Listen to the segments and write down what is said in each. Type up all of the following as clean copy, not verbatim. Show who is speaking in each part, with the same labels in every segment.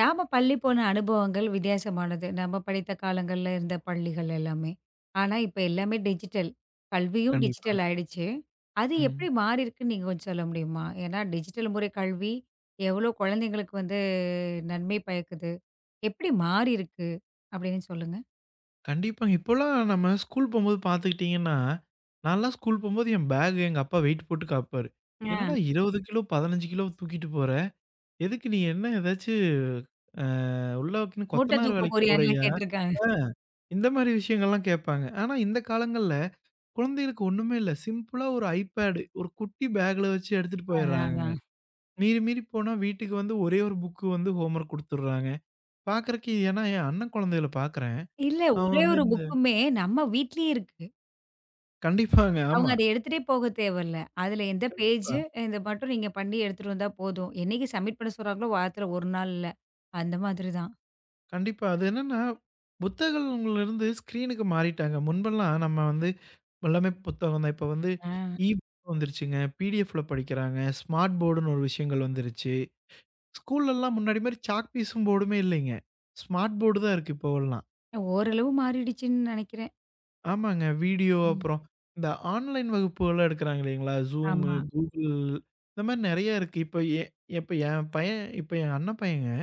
Speaker 1: நாம பள்ளி போன அனுபவங்கள் வித்தியாசமானது. நம்ம படித்த காலங்கள்ல இருந்த பள்ளிகள் எல்லாமே. ஆனா, இப்ப எல்லாமே டிஜிட்டல். கல்வியும் டிஜிட்டல்
Speaker 2: கண்டிப்பாங்க.
Speaker 1: ஆயிடுச்சு. அது எப்படி
Speaker 2: ம்.
Speaker 1: மாறியிருக்குன்னு நீங்க கொஞ்சம் சொல்ல முடியுமா? ஏன்னா, டிஜிட்டல் முறை கல்வி எவ்வளோ குழந்தைங்களுக்கு வந்து நன்மை பயக்குது? எப்படி மாறியிருக்கு? அப்படின்னு சொல்லுங்க.
Speaker 2: கண்டிப்பாங்க. இப்போலாம் நம்ம ஸ்கூல் போம்போது பார்த்துக்கிட்டீங்கன்னா, நான்லாம் ஸ்கூல் போம்போது என் பேக் எங்க அப்பா வெயிட் போட்டு காப்பாரு.
Speaker 1: ஆ.
Speaker 2: "என்னடா 20 கிலோ, 15 கிலோ தூக்கிட்டு போற? எதுக்கு நீ என்ன ஏதாச்சு அ உள்ளக்குன்னு
Speaker 1: மூட்ட
Speaker 2: கொத்தனார்
Speaker 1: தூக்க
Speaker 2: வேலைக்கு
Speaker 1: போறியான்லாம்
Speaker 2: போறயா?"
Speaker 1: கேட்டுருக்காங்க.
Speaker 2: ஆ, இந்த மாரி விஷயங்கள்லாம் கேட்பாங்க. ஆனா இந்த காலங்கள்ல குழந்தைகளுக்கு ஒண்ணுமே இல்ல. சிம்பிளா ஒரு iPad ஒரு குட்டி பேக்ல வச்சு எடுத்துட்டு
Speaker 1: அதான்,
Speaker 2: போயிடுறாங்கங்க.
Speaker 1: அதான்.
Speaker 2: மீறி மீறி போனா வீட்டுக்கு வந்து ஒரே ஒரு புக் வந்து ஹோம்வொர்க் குடுத்துடுறாங்க. பார்க்கறக்கு ஏன்னா என் அண்ணன் குழந்தைகள பார்க்குறேன்.
Speaker 1: இல்ல
Speaker 2: அவன்
Speaker 1: ஒரே
Speaker 2: வந்து
Speaker 1: ஒரு புக்குமே நம்ம வீட்லயே இருக்கு.
Speaker 2: கண்டிப்பாங்க.
Speaker 1: அவங்க
Speaker 2: ஆமா.
Speaker 1: அத எடுத்துட்டே போக தேவையில்ல. அதுல எந்த
Speaker 2: கண்டிப்பா,
Speaker 1: பேஜு இத மட்டும் நீங்க பண்ணி எடுத்துட்டு வந்தா போதும். என்னைக்கு சப்மிட் பண்ண சொல்றாங்களோ, வாரத்துல 1 நாள் இல்ல. அந்த மாதிரி தான்.
Speaker 2: கண்டிப்பா. அது என்னன்னா, புத்தகங்கள்லருந்து ஸ்க்ரீனுக்கு மாறிட்டாங்க. முன்பெல்லாம் நம்ம வந்து எல்லாமே புத்தகம் தான். இப்ப வந்து
Speaker 1: ஆ.
Speaker 2: இ புக் வந்துருச்சுங்க. பிடிஎஃப்ல படிக்கிறாங்க. ஸ்மார்ட் போர்டுன்னு ஒரு விஷயங்கள் வந்துருச்சு. ஸ்கூல்லலாம் முன்னாடி மாரி சாக் பீஸும் போர்டுமே இல்லைங்க. ஸ்மார்ட் போர்டு தான் இருக்கு இப்போவெல்லாம்.
Speaker 1: ஓரளவு மாறிடுச்சுன்னு நெனைக்கிறேன்.
Speaker 2: ஆமாங்க. வீடியோ
Speaker 1: ம்.
Speaker 2: அப்புறம் இந்த ஆன்லைன் வகுப்புகள்லாம் எடுக்கிறாங்க இல்லைங்களா? Zoom,
Speaker 1: ஆமா.
Speaker 2: Google இந்த மாரி நெறைய இருக்கு. இப்ப என் அண்ணன் பையன்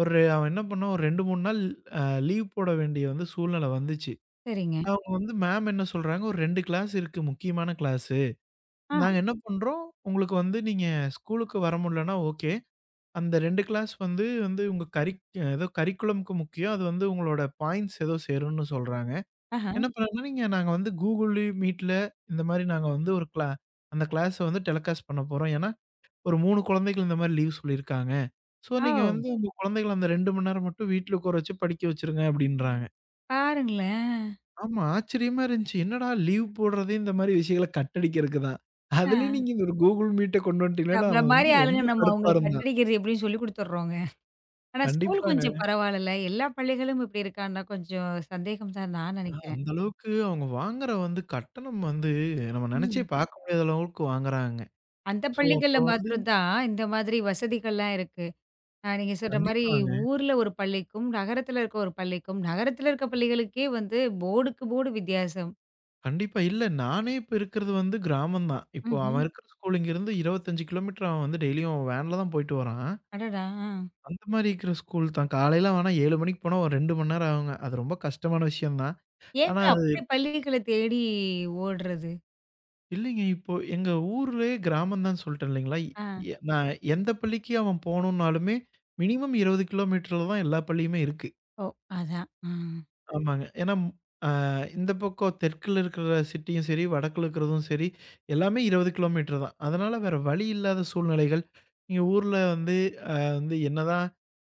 Speaker 2: ஒரு அவன் என்ன பண்ணான், ஒரு 2, 3 நாள் அ லீவ் போட வேண்டிய வந்து சூழ்நிலை வந்துச்சு.
Speaker 1: சரிங்க.
Speaker 2: அவங்க வந்து மேம் என்ன சொல்றாங்க, "ஒரு 2 கிளாஸ் இருக்கு முக்கியமான கிளாஸு.
Speaker 1: ஆ,
Speaker 2: நாங்க என்ன பண்றோம், உங்களுக்கு வந்து நீங்க ஸ்கூலுக்கு வர முடியலன்னா ஓகே. அந்த 2 கிளாஸ் வந்து வந்து உங்க கரிக் ஏதோ கரிக்குலம்க்கு முக்கியம். அது வந்து உங்களோட பாயிண்ட்ஸ் ஏதோ சேரும்னு சொல்றாங்க.
Speaker 1: ஆஹா.
Speaker 2: என்ன பண்ணாங்கன்னா, நாங்க வந்து Google Meetல இந்த மாரி நாங்க வந்து ஒரு கிளா அந்த கிளாஸ வந்து டெலகாஸ்ட் பண்ண போறோம். ஏன்னா ஒரு 3 குழந்தைகள் இந்த மாரி லீவ் சொல்லியிருக்காங்க. ஸோ நீங்க
Speaker 1: ஓ!
Speaker 2: வந்து உங்க குழந்தைகள அந்த 2 மணி நேரம் மட்டும் வீட்ல உட்கார வச்சு படிக்க வச்சுருங்க அப்டின்றாங்க.
Speaker 1: பாருங்களேன்.
Speaker 2: ஆமா, ஆச்சரியமா இருந்துச்சு. என்னடா லீவ் போடுறதே இந்த மாரி விஷயங்கள கட் அடிக்கிறதுக்கு தான். அதுலயும்
Speaker 1: ஆ.
Speaker 2: நீங்க இந்த ஒரு Google Meetஅ கொண்டு வந்துட்டீங்கன்னா,
Speaker 1: நம்மள
Speaker 2: அவன்
Speaker 1: மாரி
Speaker 2: வந்து
Speaker 1: ஆளுங்க
Speaker 2: ரொம்ப
Speaker 1: நம்ம
Speaker 2: கடுப்பா
Speaker 1: அவங்களுக்கு கட்
Speaker 2: இருந்தான்.
Speaker 1: அடிக்கிறது எப்படின்னு சொல்லிக் குடுத்துடுறோங்க. ஆனா ஸ்கூல் கொஞ்சம்
Speaker 2: கண்டிப்பாங்க.
Speaker 1: பரவாயில்லல்ல. எல்லா பள்ளிகளும் இப்படி இருக்கான்னா கொஞ்சம் சந்தேகம் தான் நான் நெனைக்கிறேன்.
Speaker 2: அந்த அளவுக்கு அவங்க வாங்குற வந்து கட்டணம் வந்து நம்ம நெனச்சே
Speaker 1: ம்.
Speaker 2: பார்க்க முடியாத அளவுக்கு வாங்குறாங்க.
Speaker 1: அந்த
Speaker 2: ஸோ அப்ப
Speaker 1: பள்ளிகள்ல
Speaker 2: வந்து
Speaker 1: மாத்திரம் தான் இந்த மாதிரி வசதிகள்லாம் இருக்கு. ஆ, நீங்க சொல்ற மாரி
Speaker 2: கண்டிப்பாங்க.
Speaker 1: ஊர்ல ஒரு பள்ளிக்கும், நகரத்துல இருக்க ஒரு பள்ளிக்கும், நகரத்துல இருக்க பள்ளிகளுக்கே வந்து போர்டுக்கு போர்டு வித்தியாசம்.
Speaker 2: கண்டிப்பா. இல்ல நானே இப்ப இருக்கிறது வந்து கிராமம் தான். இப்போ அவன்
Speaker 1: ம்ஹ்ம்.
Speaker 2: இருக்கிற ஸ்கூல் இங்கேருந்து 25 கிலோமீட்டர். அவன் வந்து டெய்லியும் வேன்ல தான் போயிட்டு வரான்.
Speaker 1: அடடா! ஆ.
Speaker 2: அந்த மாரி இருக்கிற ஸ்கூல் தான். காலையில ஆனா 7 மணிக்கு போனா ஒரு 2 மணி நேரம் ஆகுங்க. அது ரொம்ப கஷ்டமான விஷயம் தான்.
Speaker 1: ஏங்க
Speaker 2: ஆனா அது
Speaker 1: அப்படி பள்ளிகள தேடி ஓடுறது?
Speaker 2: இல்லைங்க. இப்போ எங்க ஊர்லயே கிராமம் தான் சொல்லிட்டேன் இல்லைங்களா? இ-
Speaker 1: ஆ.
Speaker 2: நான் எந்த பள்ளிக்கு அவன் போணும்னாலுமே மினிமம் 20 கிலோமீட்டர்ல தான் எல்லா பள்ளியுமே இருக்கு.
Speaker 1: ஓ! அதான். ம்.
Speaker 2: ஆமாங்க. ஏன்னா அ இந்த பக்கம் தெற்குல இருக்கிற சிட்டியும் சரி, வடக்குல இருக்கிறதும் சரி, எல்லாமே 20 கிலோமீட்டர் தான். அதனால வேற வழி இல்லாத சூழ்நிலைகள். இங்க ஊர்ல வந்து வந்து என்னதான்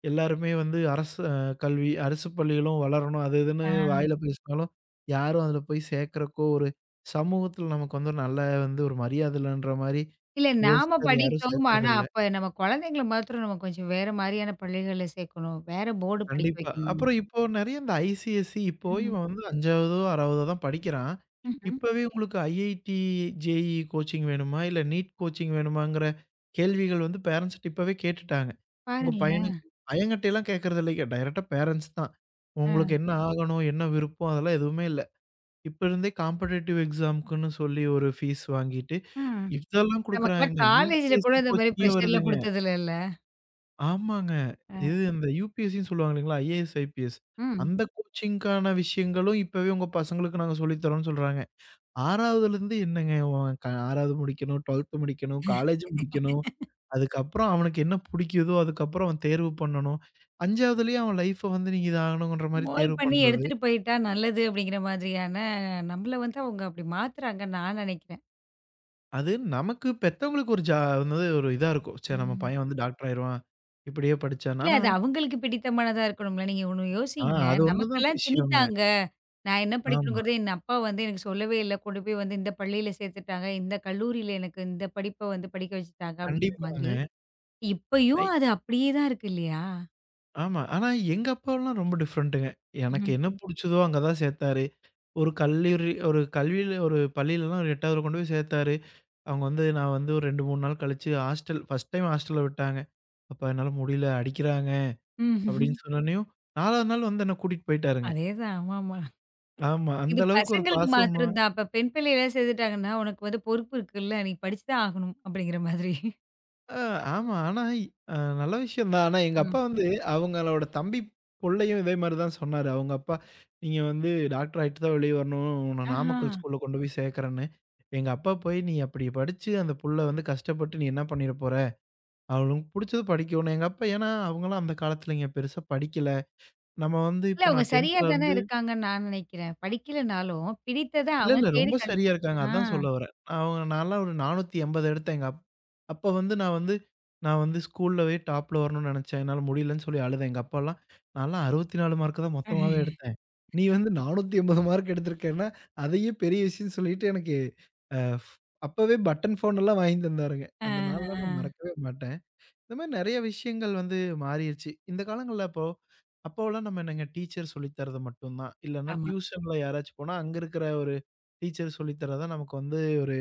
Speaker 2: எல்லாருமே வந்து அரசு கல்வி, அரசு பள்ளிகளும் வளரணும். அது இதுன்னு
Speaker 1: ஆ.
Speaker 2: வாயில பேசினாலும், யாரும் அதில போய் சேர்க்கறக்கோ, ஒரு சமூகத்தில நமக்கு வந்து ஒரு நல்ல வந்து ஒரு மரியாதை இல்லன்ற மாரி
Speaker 1: இல்ல நாம
Speaker 2: யோசிச்சு அத யாரும்
Speaker 1: படித்தோம். ஆனா,
Speaker 2: சேர்க்கறதில்ல.
Speaker 1: அப்ப நம்ம குழந்தைங்கள மாத்திரம் நம்ம கொஞ்சம் வேற மாரியான பள்ளிகள்ல சேர்க்கணும். வேற போர்டு படிக்க
Speaker 2: கண்டிப்பா.
Speaker 1: வைக்கணும்.
Speaker 2: அப்புறம் இப்போ நெறைய இந்த ஐசிஎஸ்சி. இப்போ
Speaker 1: ம்.
Speaker 2: இவன் வந்து 5வதோ, 6வதோ தான் படிக்கிறான்.
Speaker 1: ம்ஹ்ம்.
Speaker 2: இப்பவே உங்களுக்கு ஐஐடி, ஜேஇஇ கோச்சிங் வேணுமா? இல்ல நீட் கோச்சிங் வேணுமாங்கிற கேள்விகள் வந்து பேரண்ட்ஸ்ட்ட இப்பவே கேட்டுட்டாங்க. உங்க பையனுக்கு
Speaker 1: பாருங்களேன்.
Speaker 2: பையன்கிட்டலாம் கேட்கறது இல்லைங்க. டைரக்ட்டா பேரண்ட்ஸ் தான்.
Speaker 1: ஆ.
Speaker 2: உங்களுக்கு என்ன ஆகணும்? என்ன விருப்பம்? அதெல்லாம் எதுவுமே இல்ல. இப்ப இருந்தே காம்படிட்டிவ் எக்ஸாம்க்குன்னு சொல்லி ஒரு ஃபீஸ் வாங்கிட்டு,
Speaker 1: ம்.
Speaker 2: இதெல்லாம்
Speaker 1: நமக்கெல்லாம்
Speaker 2: குடுக்குறாங்க.
Speaker 1: காலேஜ்ல கூட
Speaker 2: யுபிஎஸ்சி
Speaker 1: இந்த மாரி
Speaker 2: கோச்சிங்கே
Speaker 1: ப்ரெஷர்லாம்
Speaker 2: வருதுங்க.
Speaker 1: குடுத்தது இல்லல்ல.
Speaker 2: ஆமாங்க.
Speaker 1: அ.
Speaker 2: இது இந்த யுபிஎஸ்சின்னு சொல்லுவாங்க இல்லைங்களா? ஐஏஎஸ், ஐபிஎஸ்
Speaker 1: ம்.
Speaker 2: அந்த கோச்சிங்க்கான விஷயங்களும் இப்பவே உங்க பசங்களுக்கு நாங்க சொல்லி தரோம்ன்னு சொல்றாங்க. 6வதுலருந்து என்னங்க. அவன் க 6வது முடிக்கணும், 12த் முடிக்கணும், காலேஜ் முடிக்கணும். அதுக்கப்புறம் அவனுக்கு என்ன புடிக்குதோ, அதுக்கப்புறம் அவன் தேர்வு பண்ணணும். 5வதுலயே அவன் லைஃப்ப வந்து நீங்க இதாகணும்ன்ற மாரி
Speaker 1: மோல்ட்
Speaker 2: தேர்வு
Speaker 1: பண்ணி
Speaker 2: பண்றது.
Speaker 1: எடுத்துட்டு போயிட்டா நல்லது அப்படிங்கிற மாதிரியான நம்மள வந்து அவங்க அப்படி மாத்துறாங்கன்னு நான் நினைக்கிறேன்.
Speaker 2: அது நமக்கு பெத்தவங்களுக்கு ஒரு ஜா என்னது ஒரு இதா இருக்கும். ச்சே! நம்ம
Speaker 1: ம்.
Speaker 2: பையன் வந்து டாக்டர் ஆயிருவான் இப்படியே படிச்சான்னா.
Speaker 1: இல்ல
Speaker 2: ஆனா,
Speaker 1: அது அவங்களுக்கு பிடித்தமானதா இருக்கணும்ல. நீங்க ஒண்ணு
Speaker 2: ஆ
Speaker 1: யோசிங்க.
Speaker 2: அது ஒண்ணு தான்
Speaker 1: நமக்கெல்லாம்
Speaker 2: விஷயங்க.
Speaker 1: திணித்தாங்க. நான் என்ன
Speaker 2: ஆமா.
Speaker 1: படிக்கணுங்கிறத என் அப்பா வந்து எனக்கு சொல்லவே இல்ல. கொண்டு போய் வந்து இந்த பள்ளியில சேர்த்துட்டாங்க. இந்த கல்லூரியில எனக்கு இந்த படிப்ப வந்து படிக்க வச்சுட்டாங்க அப்படிங்கிற மாதிரி.
Speaker 2: கண்டிப்பாங்க.
Speaker 1: இப்பயும் அது அப்படியே தான் இருக்கு இல்லையா?
Speaker 2: ஆமா. ஆனா எங்க அப்பாலாம் ரொம்ப டிஃப்ரெண்ட்டுங்க. எனக்கு
Speaker 1: ம்ஹ்ம்.
Speaker 2: என்ன புடிச்சதோ அங்க தான் சேத்தாரு. ஒரு பள்ளியிலலாம் ஒரு 8வதுல கொண்டு போய் சேத்தாரு. அவங்க வந்து நான் வந்து ஒரு 2, 3 நாள் கழிச்சு ஹாஸ்டல் ஃபர்ஸ்ட் டைம் ஹாஸ்டல்ல விட்டாங்க. அப்பா என்னால முடியல அடிக்கிறாங்க
Speaker 1: ம்ஹ்ம்.
Speaker 2: அப்படின்னு சொன்னோனயும், 4வது நாள் வந்து என்ன கூட்டிட்டு போயிட்டாருங்க.
Speaker 1: அதேதான். ஆமாமா.
Speaker 2: ம். ஆமா.
Speaker 1: இது
Speaker 2: அந்த அளவுக்கு ஒரு
Speaker 1: பசங்களுக்கு
Speaker 2: பாசமா.
Speaker 1: மாத்திரம் தான். அப்ப பெண் பிள்ளைலாம் சேர்த்துட்டாங்கன்னா, உனக்கு வந்து பொறுப்பு இருக்குல்ல. நீ படிச்சு தான் ஆகணும் அப்படிங்கிற மாதிரி.
Speaker 2: ஆ, ஆமா. ஆனா, அ நல்ல விஷயம் தான். ஆனா எங்க
Speaker 1: ம்.
Speaker 2: அப்பா வந்து அவங்களோட தம்பி புள்ளையும் இதே மாரி தான் சொன்னாரு. அவங்க அப்பா, "நீங்க வந்து டாக்டர் ஆயிட்டு தான் வெளிய வரணும். உன்ன
Speaker 1: ஆஹா.
Speaker 2: நாமக்கல் ஸ்கூல்ல கொண்டு போய் சேர்க்குறேன்னு." எங்க அப்பா போய், "நீ அப்படி படிச்சு அந்த புள்ள வந்து கஷ்டப்பட்டு நீ என்ன பண்ணிற போற? அவளுக்கு புடிச்சது படிக்கணும்." எங்க அப்பா ஏன்னா, அவங்கலாம் அந்த காலத்துலங்க பெருசா படிக்கல. நம்ம வந்து
Speaker 1: இல்ல
Speaker 2: இப்ப
Speaker 1: அவங்க
Speaker 2: நான்
Speaker 1: சரியா தானே
Speaker 2: 10த்லருந்து
Speaker 1: இருக்காங்கன்னு நான் நினைக்கிறேன். படிக்கலனாலும் பிடித்தத
Speaker 2: இல்ல, இல்ல.
Speaker 1: அவன் தேடி
Speaker 2: ரொம்ப
Speaker 1: கண்டா
Speaker 2: சரியா இருக்காங்க.
Speaker 1: ஆ.
Speaker 2: அதான் சொல்ல வரேன். அவங்க நான்லாம் ஒரு 480 எடுத்தேன். எங்க அப் அப்ப வந்து நான் வந்து ஸ்கூல்லவே டாப்ல வரணும்னு நெனச்சேன். என்னால முடியலன்னு சொல்லி அழுதேன். எங்க அப்பாலாம், "நான்லாம் 64 மார்க்கு தான்
Speaker 1: ஆ,
Speaker 2: மொத்தமாவே எடுத்தேன். நீ வந்து 480 மார்க் எடுத்திருக்கேன்னா, அதையே பெரிய விஷயம்னு சொல்லிட்டு" எனக்கு அ, அப்பவே பட்டன் ஃபோன் எல்லாம் வாங்கி தந்தாருங்க. அந்த நாள்லாம்
Speaker 1: ஆ.
Speaker 2: நான் மறக்கவே மாட்டேன். இந்த மாரி நெறைய விஷயங்கள் வந்து மாறிருச்சு. இந்த காலங்கள்ல அப்போ அப்போலாம் நம்ம என்னங்க டீச்சர் சொல்லி தர்றது மட்டும் தான். இல்லன்னா
Speaker 1: ஆமா.
Speaker 2: டியூஷன்ல யாராச்சும் போனா, அங்க இருக்கிற ஒரு டீச்சர் சொல்லி தர்றது தான் நமக்கு வந்து ஒரு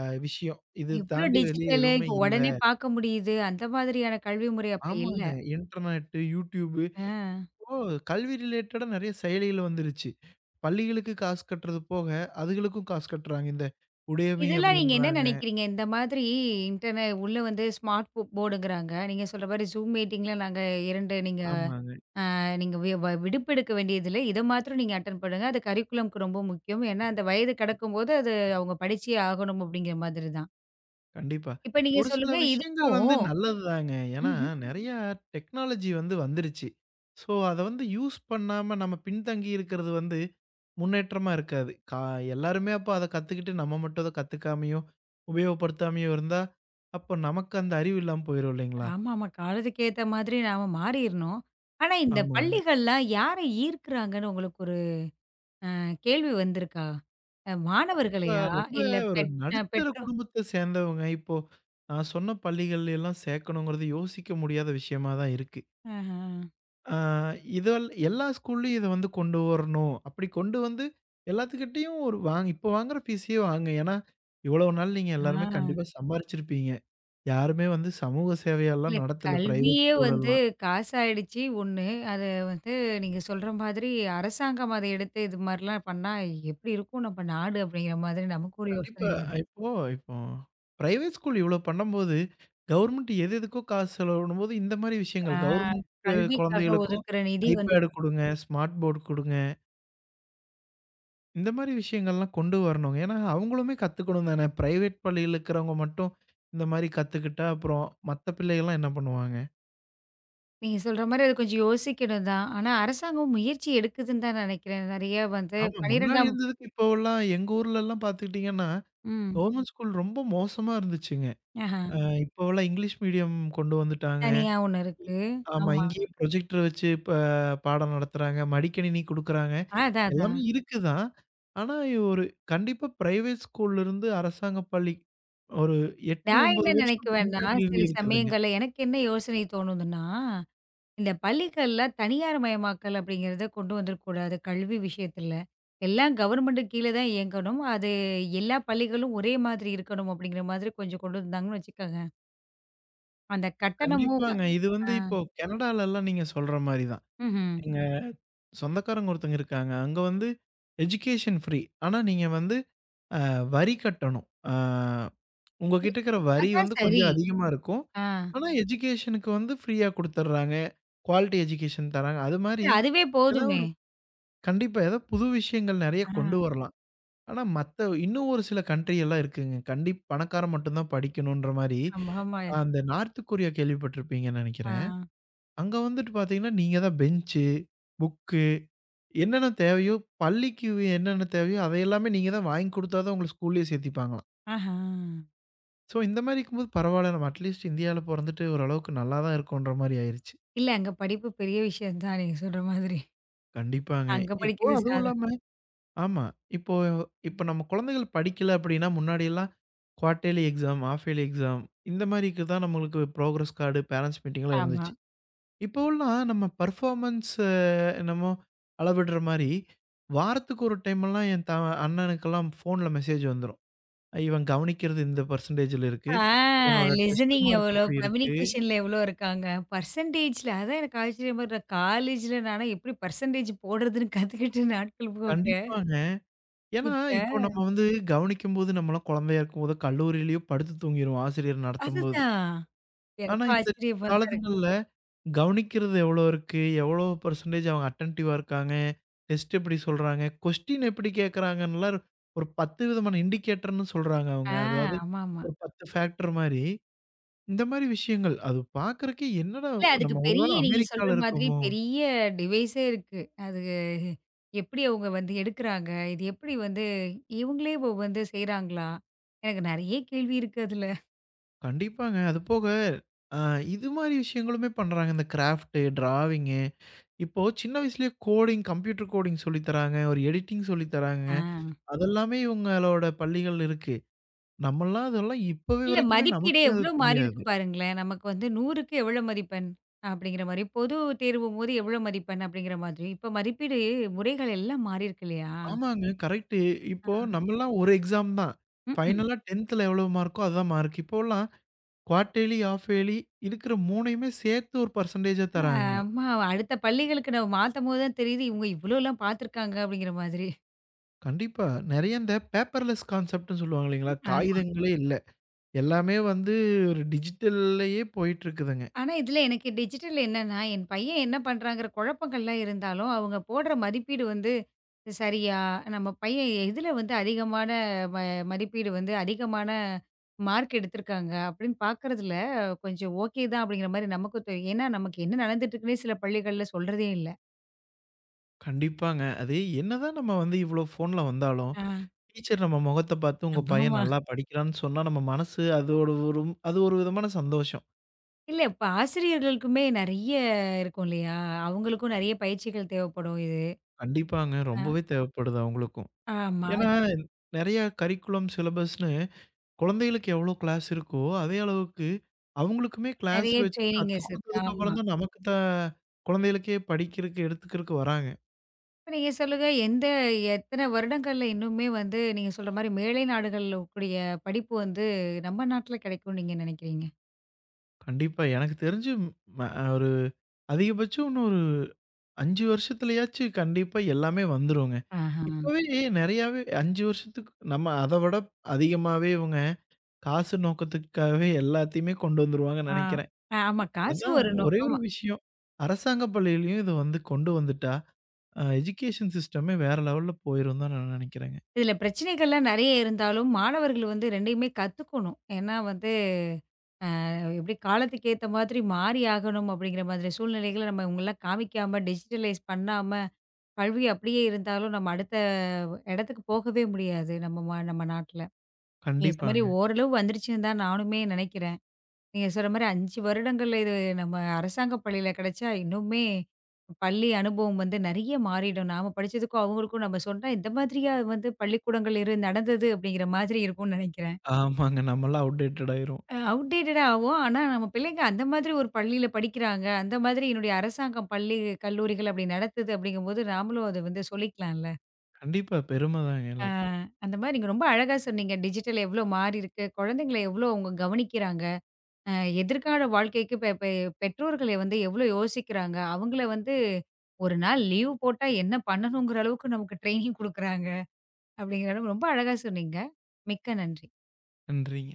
Speaker 2: விஷயம். இது
Speaker 1: இவ்ளோ
Speaker 2: தாண்டி வெளிய
Speaker 1: டிஜிட்டலு
Speaker 2: எதுவுமே
Speaker 1: இப்ப
Speaker 2: இல்ல.
Speaker 1: உடனே பார்க்க முடியுது. அந்த மாதிரியான கல்வி முறை அப்ப இல்ல.
Speaker 2: ஆமாங்க. இன்டர்நெட்டு, YouTube
Speaker 1: ஆ.
Speaker 2: இப்போ கல்வி ரிலேட்டடா நெறைய செயலிகள் வந்துருச்சு. பள்ளிகளுக்கு காசு கட்டுறது போக, அதுகளுக்கும் காசு கட்டுறாங்க. இந்த உடையமி
Speaker 1: இதெல்லாம் நீங்க என்ன
Speaker 2: அப்படின்றாங்க.
Speaker 1: நினைக்கிறீங்க? இந்த மாதிரி இன்டர்நெட் உள்ள வந்து ஸ்மார்ட் போர்டுங்கிறாங்க. நீங்க சொல்ற மாரி Zoom மீட்டிங்ல நாங்க 2 நீங்க
Speaker 2: ஆமாங்க.
Speaker 1: நீங்க வி வ விடுப்பெடுக்க வேண்டியதில்ல. இத மாத்திரம் நீங்க அட்டெண்ட் பண்ணுங்க. அது கரிக்குலம்க்கு ரொம்ப முக்கியம். ஏன்னா, அந்த வயது கடக்கும்போது அது அவங்க படிச்சே ஆகணும் அப்படிங்கிற மாதிரி தான்.
Speaker 2: கண்டிப்பா.
Speaker 1: இப்ப நீங்க
Speaker 2: ஒரு சில
Speaker 1: சொல்லுங்க
Speaker 2: விஷயங்கள் வந்து
Speaker 1: இதுக்கும்
Speaker 2: நல்லதுதாங்க. ஏன்னா
Speaker 1: ம்ஹ்ம்.
Speaker 2: நெறையா டெக்னாலஜி வந்து வந்துருச்சு. ஸோ, அத வந்து யூஸ் பண்ணாம நம்ம பின்தங்கி இருக்கிறது வந்து முன்னேற்றமா இருக்காது. எல்லாருமே அப்ப அத கத்துக்கிட்டு நம்ம மட்டும் அத கத்துக்காமயோ, உபயோகப்படுத்தாமயோ இருந்தா, அப்ப நமக்கு அந்த அறிவு இல்லாம போயிரும் இல்லைங்களா?
Speaker 1: ஆமாமா. காலத்துக்கு ஏத்த மாதிரி நாம மாறிறணும். ஆனா, இந்த
Speaker 2: ஆமாங்க.
Speaker 1: பள்ளிகள்லாம் யார ஈர்க்கிறாங்கன்னு உங்களுக்கு ஒரு கேள்வி வந்திருக்கா? அ,
Speaker 2: கண்டிப்பா
Speaker 1: மாணவர்களையா?
Speaker 2: ரொம்ப.
Speaker 1: இல்ல
Speaker 2: ஒரு
Speaker 1: அ
Speaker 2: நடுத்தர குடும்பத்த சேர்ந்தவங்க இப்போ நான் சொன்ன பள்ளிகள்ல எல்லாம் சேர்க்கணுங்கிறது யோசிக்க முடியாத விஷயமா தான் இருக்கு.
Speaker 1: ஆஹ.
Speaker 2: ஆ, இதல் எல்லா ஸ்கூல்லயும் இத வந்து கொண்டு வரணும். அப்படி கொண்டு வந்து எல்லாத்துக்கிட்டயும் ஒரு வாங் இப்ப வாங்குற ஃபீஸயே வாங்குங்க. ஏன்னா, இவ்வளோ நாள் நீங்க எல்லாருமே கண்டிப்பா
Speaker 1: ஆ.
Speaker 2: சம்பாரிச்சிருப்பீங்க. யாருமே வந்து சமூக
Speaker 1: இல்ல
Speaker 2: சேவையெல்லாம் நடத்தல பிரைவேட்
Speaker 1: கல்வியே வந்து
Speaker 2: ஸ்கூலெல்லாம்.
Speaker 1: காசாயிடுச்சு 1. அது வந்து நீங்க சொல்ற மாதிரி அரசாங்கம் அத எடுத்து இது மாரிலாம் பண்ணா எப்படி இருக்கும் நம்ம நாடு? அப்படிங்கிற மாதிரி நமக்கு ஒரு யோசனை
Speaker 2: கண்டிப்பா.
Speaker 1: வரும்.
Speaker 2: இப்போ இப்போ பிரைவேட் ஸ்கூல் இவ்வளோ பண்ணம்போது, கவர்மெண்ட் எது எதுக்கோ காசு செலவிடும்போது, இந்த மாரி
Speaker 1: ஆ,
Speaker 2: விஷயங்கள் கவர்மெண்ட்
Speaker 1: கல்விக்காக
Speaker 2: குழந்தைகளுக்கும்
Speaker 1: ஒதுக்குற நிதி வந்து
Speaker 2: ஐபேட் குடுங்க, ஸ்மார்ட் போர்ட் குடுங்க. இந்த மாரி விஷயங்கள்லாம் கொண்டு வரணுங்க. ஏன்னா, அவங்களுமே கத்துக்கணும் தானே. பிரைவேட் பள்ளியில இருக்கிறவங்க மட்டும் இந்த மாரி கத்துக்கிட்டா, அப்புறம் மத்த பிள்ளைகள்லாம் என்ன பண்ணுவாங்க?
Speaker 1: நீங்க சொல்ற மாரி அது கொஞ்சம் யோசிக்கணும் தான். ஆனா அரசாங்கம் முயற்சி எடுக்குதுன்னு தான் நினைக்கிறேன். நெறைய வந்து
Speaker 2: ஆமா, முன்னாடி
Speaker 1: 12ஆம்
Speaker 2: இருந்ததுக்கு இப்போவெல்லாம் எங்க ஊர்லலாம் பார்த்துக்கிட்டீங்கன்னா,
Speaker 1: ம்.
Speaker 2: கவர்மெண்ட் ஸ்கூல் ரொம்ப மோசமா இருந்துச்சுங்க.
Speaker 1: ஆஹா.
Speaker 2: அ இப்போவெல்லாம் இங்கிலீஷ் மீடியம் கொண்டு வந்துட்டாங்க.
Speaker 1: தனியா 1 இருக்கு.
Speaker 2: ஆமா,
Speaker 1: ஆமா.
Speaker 2: இங்கேயே ப்ரொஜெக்டர் வச்சு பாடம் நடத்துறாங்க. மடிக்கணினி குடுக்குறாங்க.
Speaker 1: அதான் அதான்.
Speaker 2: எல்லாமே இருக்கு தான். ஆனா, ஒரு கண்டிப்பா பிரைவேட் ஸ்கூல்ல இருந்து அரசாங்க பள்ளி ஒரு 8,
Speaker 1: நான் என்ன
Speaker 2: 9 வருஷம்
Speaker 1: நினைக்குவேன்னா,
Speaker 2: பின்தங்கி
Speaker 1: சில
Speaker 2: இருக்குதுங்க.
Speaker 1: சமயங்கள்ல எனக்கு என்ன யோசனை தோணுதுன்னா இந்த பள்ளிகள்ல தனியார் மயமாக்கல் அப்படிங்கிறத கொண்டு வந்துடக்கூடாது கல்வி விஷயத்துல. எல்லாம் கவர்மெண்ட் கீழ தான் இயங்கணும். அது எல்லா பள்ளிகளும் ஒரே மாதிரி இருக்கணும் அப்படிங்கிற மாதிரி கொஞ்சம் கொண்டு வந்தாங்கன்னு வச்சுக்கோங்க. அந்த கட்டணமும்
Speaker 2: கண்டிப்பாங்க. இது
Speaker 1: ஆ.
Speaker 2: வந்து இப்போ கனடாலலாம் நீங்க சொல்ற மாரி தான்.
Speaker 1: ம்ஹ்ம்.
Speaker 2: எங்க சொந்தக்காரங்க ஒருத்தங்க இருக்காங்க. அங்க வந்து எஜுகேஷன் ஃப்ரீ. ஆனா நீங்க வந்து அ வரி கட்டணும்.
Speaker 1: இல்ல
Speaker 2: உங்ககிட்ட இருக்கிற வரி
Speaker 1: அதான்
Speaker 2: வந்து
Speaker 1: சரி.
Speaker 2: கொஞ்சம் அதிகமா இருக்கும்.
Speaker 1: ஆ.
Speaker 2: ஆனா எஜுகேஷனுக்கு வந்து ஃப்ரீயா குடுத்துர்றாங்க. குவாலிட்டி எஜுகேஷன் தராங்க. அது மாரி
Speaker 1: இல்ல அதுவே
Speaker 2: ஏதோ
Speaker 1: போதுமே!
Speaker 2: ஒரு கண்டிப்பா ஏதோ புது விஷயங்கள் நெறைய கொண்டு
Speaker 1: ஆ.
Speaker 2: வரலாம். ஆனா மத்த இன்னும் ஒரு சில கண்ட்ரி எல்லாம் இருக்குங்க. கண்டிப் பணக்காரன் மட்டும் தான் படிக்கணுன்ற மாரி.
Speaker 1: ஆமா, ஆமா.
Speaker 2: அந்த நார்த் கொரியா கேள்விப்பட்டிருப்பீங்கன்னு
Speaker 1: ஆ.
Speaker 2: நெனைக்கிறேன். அங்க வந்துட்டு பார்த்தீங்கன்னா, நீங்க தான் பெஞ்சு, புக்கு என்னென்ன தேவையோ, பள்ளிக்கு என்னென்ன தேவையோ அதை எல்லாமே நீங்க தான் வாங்கி குடுத்தா தான் உங்கள ஸ்கூல்லயே சேர்த்திப்பாங்களாம்.
Speaker 1: ஆஹா!
Speaker 2: ஸோ இந்த மாரி இருக்கும்போது பரவால்ல. நம்ம அட்லீஸ்ட் இந்தியால பொறந்துட்டு ஓரளவுக்கு நல்லா தான் இருக்கோன்ற மாரி ஆயிருச்சு.
Speaker 1: இல்ல அங்க படிப்பு பெரிய விஷயம் தான் நீங்க சொல்ற மாதிரி.
Speaker 2: கண்டிப்பாங்க.
Speaker 1: அங்க
Speaker 2: இப்போ
Speaker 1: படிக்கிறது
Speaker 2: அதுவும்
Speaker 1: சாதா
Speaker 2: இல்லாம ஆமா. இப்போ இப்ப நம்ம குழந்தைகள் படிக்கல அப்படின்னா, முன்னாடியெல்லாம் quarterly exam, half yearly exam இந்த மாரிக்கு தான் நம்மளுக்கு ப்ரோகிரஸ் கார்டு, பேரன்ட்ஸ் மீட்டிங்லாம்
Speaker 1: ஆமா.
Speaker 2: இருந்துச்சு. இப்போலாம் நம்ம பெர்ஃபார்மன்ஸ் என்னமோ அளவிடுற மாரி, வாரத்துக்கு ஒரு டைமெல்லாம் என் த அண்ணனுக்கெல்லாம் ஃபோன்ல மெசேஜ் வந்துரும். இவன் கவனிக்கிறது இந்த பெர்சன்டேஜ்ல இருக்கு.
Speaker 1: ஆ,
Speaker 2: இவனோட டெஸ்ட்
Speaker 1: லிசனிங்
Speaker 2: மார்க்
Speaker 1: எவ்வளோ,
Speaker 2: இப்படி இருக்கு.
Speaker 1: கம்யூனிகேஷன்ல எவ்வளோ இருக்காங்க. பெர்சன்டேஜ்ல அதான் எனக்கு ஆச்சரியமா இரு காலேஜ்ல நானா எப்படி பெர்சன்டேஜ் போடுறதுன்னு கத்துக்கிட்ட நாட்கள் போக,
Speaker 2: கண்டிப்பாங்க. ஏன்னா,
Speaker 1: இப்ப
Speaker 2: இப்போ நம்ம வந்து கவனிக்கும்போது நம்மலாம் குழந்தையா இருக்கும்போது கல்லூரியிலேயோ படுத்து தூங்கிருவோம் ஆசிரியர் நடத்தும்போது.
Speaker 1: அதுதான்.
Speaker 2: ஆனா,
Speaker 1: எனக்கும்
Speaker 2: இந்த
Speaker 1: ஆச்சரியமா தான் இருக்கு.
Speaker 2: காலத்துங்கள்ல கவனிக்கிறது எவ்வளோ இருக்கு? எவ்வளோ பெர்சன்டேஜ் அவங்க அட்டென்டிவா இருக்காங்க? டெஸ்ட் எப்படி சொல்றாங்க? கொஸ்டின் எப்படி கேட்கறாங்கன்னுலாம் ஒரு 10 விதமான இண்டிகேட்டர்ன்னு சொல்றாங்க அவங்க.
Speaker 1: ஆ.
Speaker 2: அதாவது
Speaker 1: ஆமாமா.
Speaker 2: ஒரு 10 ஃபேக்டர் மாரி. இந்த மாரி விஷயங்கள். அது பார்க்கறக்கே என்னடா
Speaker 1: இல்ல அதுக்கு
Speaker 2: நம்ம ஒரு
Speaker 1: பெரிய
Speaker 2: வேள
Speaker 1: நீங்க சொல்ற
Speaker 2: அமெரிக்கால
Speaker 1: மாதிரி
Speaker 2: இருக்கோமோ?
Speaker 1: பெரிய டிவைஸே இருக்கு. அது எப்படி அவங்க வந்து எடுக்குறாங்க? இது எப்படி வந்து இவங்களே இப்போ வந்து செய்றாங்களா? எனக்கு நெறைய கேள்வி இருக்கு அதுல.
Speaker 2: கண்டிப்பாங்க. அது போக அ இது மாரி விஷயங்களுமே பண்றாங்க. இந்த கிராஃப்ட், டிராவிங்கு. இப்போ சின்ன வயசுலயே கோடிங், கம்ப்யூட்டர் கோடிங் சொல்லி தராங்க. ஒரு எடிட்டிங் சொல்லி தராங்க.
Speaker 1: ஆ.
Speaker 2: அதெல்லாமே இவங்களோட பள்ளிகள் இருக்கு. நம்மலாம் அதெல்லாம் இப்பவே
Speaker 1: இல்ல
Speaker 2: வரைக்குமே
Speaker 1: மதிப்பீடே
Speaker 2: நமக்கே அது
Speaker 1: எவ்ளோ மாறியிருக்கு
Speaker 2: தெரியாது.
Speaker 1: பாருங்களேன். நமக்கு வந்து 100க்கு எவ்வளோ மதிப்பெண்? அப்படிங்கிற மாரி, பொது தேர்வும்போது எவ்வளோ மதிப்பெண்? அப்படிங்கிற மாதிரி. இப்ப மதிப்பீடு முறைகள் எல்லாம் மாறியிருக்கு இல்லையா?
Speaker 2: ஆமாங்க. கரெக்ட்டு. இப்போ நம்மலாம் ஒரு எக்ஸாம் தான்.
Speaker 1: ம்ஹ்ம்.
Speaker 2: ஃபைனலா 10த்ல எவ்வளோ மார்க்கோ அதான் மார்க். இப்போலாம் குவார்ட் இயர்லி, ஹால்ஃப் இயர்லி இருக்கிற 3யுமே சேர்த்து ஒரு பெர்சன்டேஜா தராங்கங்க.
Speaker 1: ஆமா, அடுத்த பள்ளிகளுக்கு நம்ம மாத்தம்போது தான் தெரியுது, இவங்க இவ்ளோலாம் பார்த்துருக்காங்க அப்படிங்கிற மாதிரி.
Speaker 2: கண்டிப்பா. நெறைய இந்த பேப்பர்லெஸ் கான்செப்ட்ன்னு சொல்லுவாங்க இல்லைங்களா? காகிதங்களே இல்ல. எல்லாமே வந்து ஒரு டிஜிட்டல்லயே போயிட்டு இருக்குதுங்க.
Speaker 1: ஆனா, இதில எனக்கு டிஜிட்டல் என்னன்னா, என் பையன் என்ன பண்றாங்கிற குழப்பங்கள்லாம் இருந்தாலும், அவங்க போடுற மதிப்பீடு வந்து சரியா, நம்ம பையன் எதில வந்து அதிகமான ம மதிப்பீடு வந்து அதிகமான மார்க் எடுத்திருக்காங்க அப்படின்னு பார்க்கறதில கொஞ்சம் ஓகே தான் அப்படிங்கிற மாரி நமக்கும் தெரியும். ஏன்னா, நமக்கு என்ன நடந்துட்டு இருக்குன்னே சில பள்ளிகள்ல சொல்றதே இல்ல.
Speaker 2: கண்டிப்பாங்க. அது என்னதான் நம்ம வந்து இவ்ளோ ஃபோன்ல வந்தாலும்
Speaker 1: ஆ,
Speaker 2: டீச்சர் நம்ம முகத்த பார்த்து, "உங்க பையன்
Speaker 1: ஆமாமா.
Speaker 2: நல்லா படிக்கிறான்னு" சொன்னா நம்ம மனசு அதோட ஒரு அது ஒரு விதமான சந்தோஷம்.
Speaker 1: இல்ல, இப்ப ஆசிரியர்களுக்குமே நெறைய இருக்கும் இல்லையா? அவங்களுக்கும் நெறைய பயிற்சிகள் தேவைப்படும் இது.
Speaker 2: கண்டிப்பாங்க.
Speaker 1: ஆ,
Speaker 2: ரொம்பவே தேவைப்படுது அவங்களுக்கும்.
Speaker 1: ஆமா.
Speaker 2: ஏன்னா,
Speaker 1: அது
Speaker 2: நெறைய கரிக்குலம், சிலபஸ்ன்னு குழந்தைகளுக்கு எவ்வளோ கிளாஸ் இருக்கோ, அதே அளவுக்கு அவங்களுக்குமே கிளாஸ்
Speaker 1: நெறைய
Speaker 2: வச்சு கத்துக்
Speaker 1: ட்ரெய்னிங்கஸ் இருக்கு.
Speaker 2: குடுத்ததுக்கு
Speaker 1: ஆமா.
Speaker 2: அப்புறம் தான் நமக்கு தான் குழந்தைகளுக்கே படிக்கிறதுக்கு, எடுத்துக்கிறதுக்கு வராங்க.
Speaker 1: இப்ப நீங்க சொல்லுங்க, எந்த எத்தன வருடங்கள்ல இன்னுமே வந்து நீங்க சொல்ற மாரி மேலை நாடுகள்ல கூடிய படிப்பு வந்து நம்ம நாட்ல கிடைக்கும்னு நீங்க நினைக்கிறீங்க?
Speaker 2: கண்டிப்பா. எனக்கு தெரிஞ்சு ம ஒரு அதிகபட்சம் இன்னும் ஒரு 5 வருஷத்துலயாச்சு கண்டிப்பா எல்லாமே வந்துருங்க.
Speaker 1: ஆஹா.
Speaker 2: இப்பவே நெறையாவே 5 வருஷத்துக்கு நம்ம அத விட அதிகமாவே இவங்க காசு நோக்கத்துக்காகவே எல்லாத்தையுமே கொண்டு வந்துருவாங்கன்னு
Speaker 1: ஆ.
Speaker 2: நெனைக்கிறேன்.
Speaker 1: ஆ, ஆமா. காசு
Speaker 2: அதான்
Speaker 1: ஒரு
Speaker 2: ஒரே ஒரு
Speaker 1: நோக்கமா.
Speaker 2: விஷயம். அரசாங்க பள்ளியிலயும் இத வந்து கொண்டு வந்துட்டா, எஜுகேஷன் சிஸ்டமே வேற லெவல்ல போயிரும் தான் நான் நெனைக்கிறேங்க.
Speaker 1: இதுல பிரச்சனைகள்லாம் நெறைய இருந்தாலும், மாணவர்கள் வந்து 2யுமே கத்துக்கணும். ஏன்னா வந்து எப்படி காலத்துக்கு ஏத்த மாதிரி மாறி ஆகணும் அப்படிங்கிற மாதிரி சூழ்நிலைகள நம்ம இவங்கலாம் காமிக்காம, டிஜிட்டலைஸ் பண்ணாம, கல்வி அப்படியே இருந்தாலும் நம்ம அடுத்த இடத்துக்கு போகவே முடியாது. நம்ம நம்ம நாட்ல. நீங்க சொன்ன மாரி
Speaker 2: கண்டிப்பாங்க.
Speaker 1: ஓரளவு வந்துருச்சுன்னு தான் நானுமே நினைக்கிறேன். நீங்க சொல்ற மாரி 5 வருடங்கள்ல இது நம்ம அரசாங்க பள்ளியில கிடைச்சா, இன்னுமே பள்ளி அனுபவம் வந்து நெறைய மாறிடும். நாம படிச்சதுக்கும், அவங்களுக்கும் நம்ம சொன்னா, இந்த மாதிரியா வந்து பள்ளிக்கூடங்கள் இரு நடந்தது அப்படிங்கிற மாதிரி இருக்கும்னு நெனைக்கிறேன்.
Speaker 2: ஆமாங்க. நம்மலாம் அவுட்டேட்டட் ஆயிருவோம்.
Speaker 1: அ, அவுட்டேட்டடா ஆவும். ஆனா, நம்ம பிள்ளைங்க அந்த மாதிரி ஒரு பள்ளியில படிக்கிறாங்க. அந்த மாதிரி என்னுடைய அரசாங்கம் பள்ளி, கல்லூரிகள் அப்படி நடத்துது அப்படிங்கும்போது, நாமளும் அத வந்து சொல்லிக்கலாம்ல.
Speaker 2: கண்டிப்பா பெரும தாங்க
Speaker 1: ஆ,
Speaker 2: எல்லாத்துக்கும்.
Speaker 1: அந்த மாரி நீங்க ரொம்ப அழகா சொன்னீங்க. டிஜிட்டல் எவ்வளோ மாறியிருக்கு, குழந்தைங்கள எவ்வளோ அவங்க கவனிக்கிறாங்க. அ, எதிர்கால வாழ்க்கைக்கு பெ பெ பெற்றோர்களே வந்து எவ்வளோ யோசிக்கிறாங்க. அவங்கள வந்து 1 நாள் லீவ் போட்டா என்ன பண்ணணுங்கிற அளவுக்கு நமக்கு ட்ரெய்னிங் குடுக்குறாங்க. அப்படிங்கிற அளவு ரொம்ப அழகா சொன்னீங்க. மிக்க நன்றி.
Speaker 2: நன்றிங்க.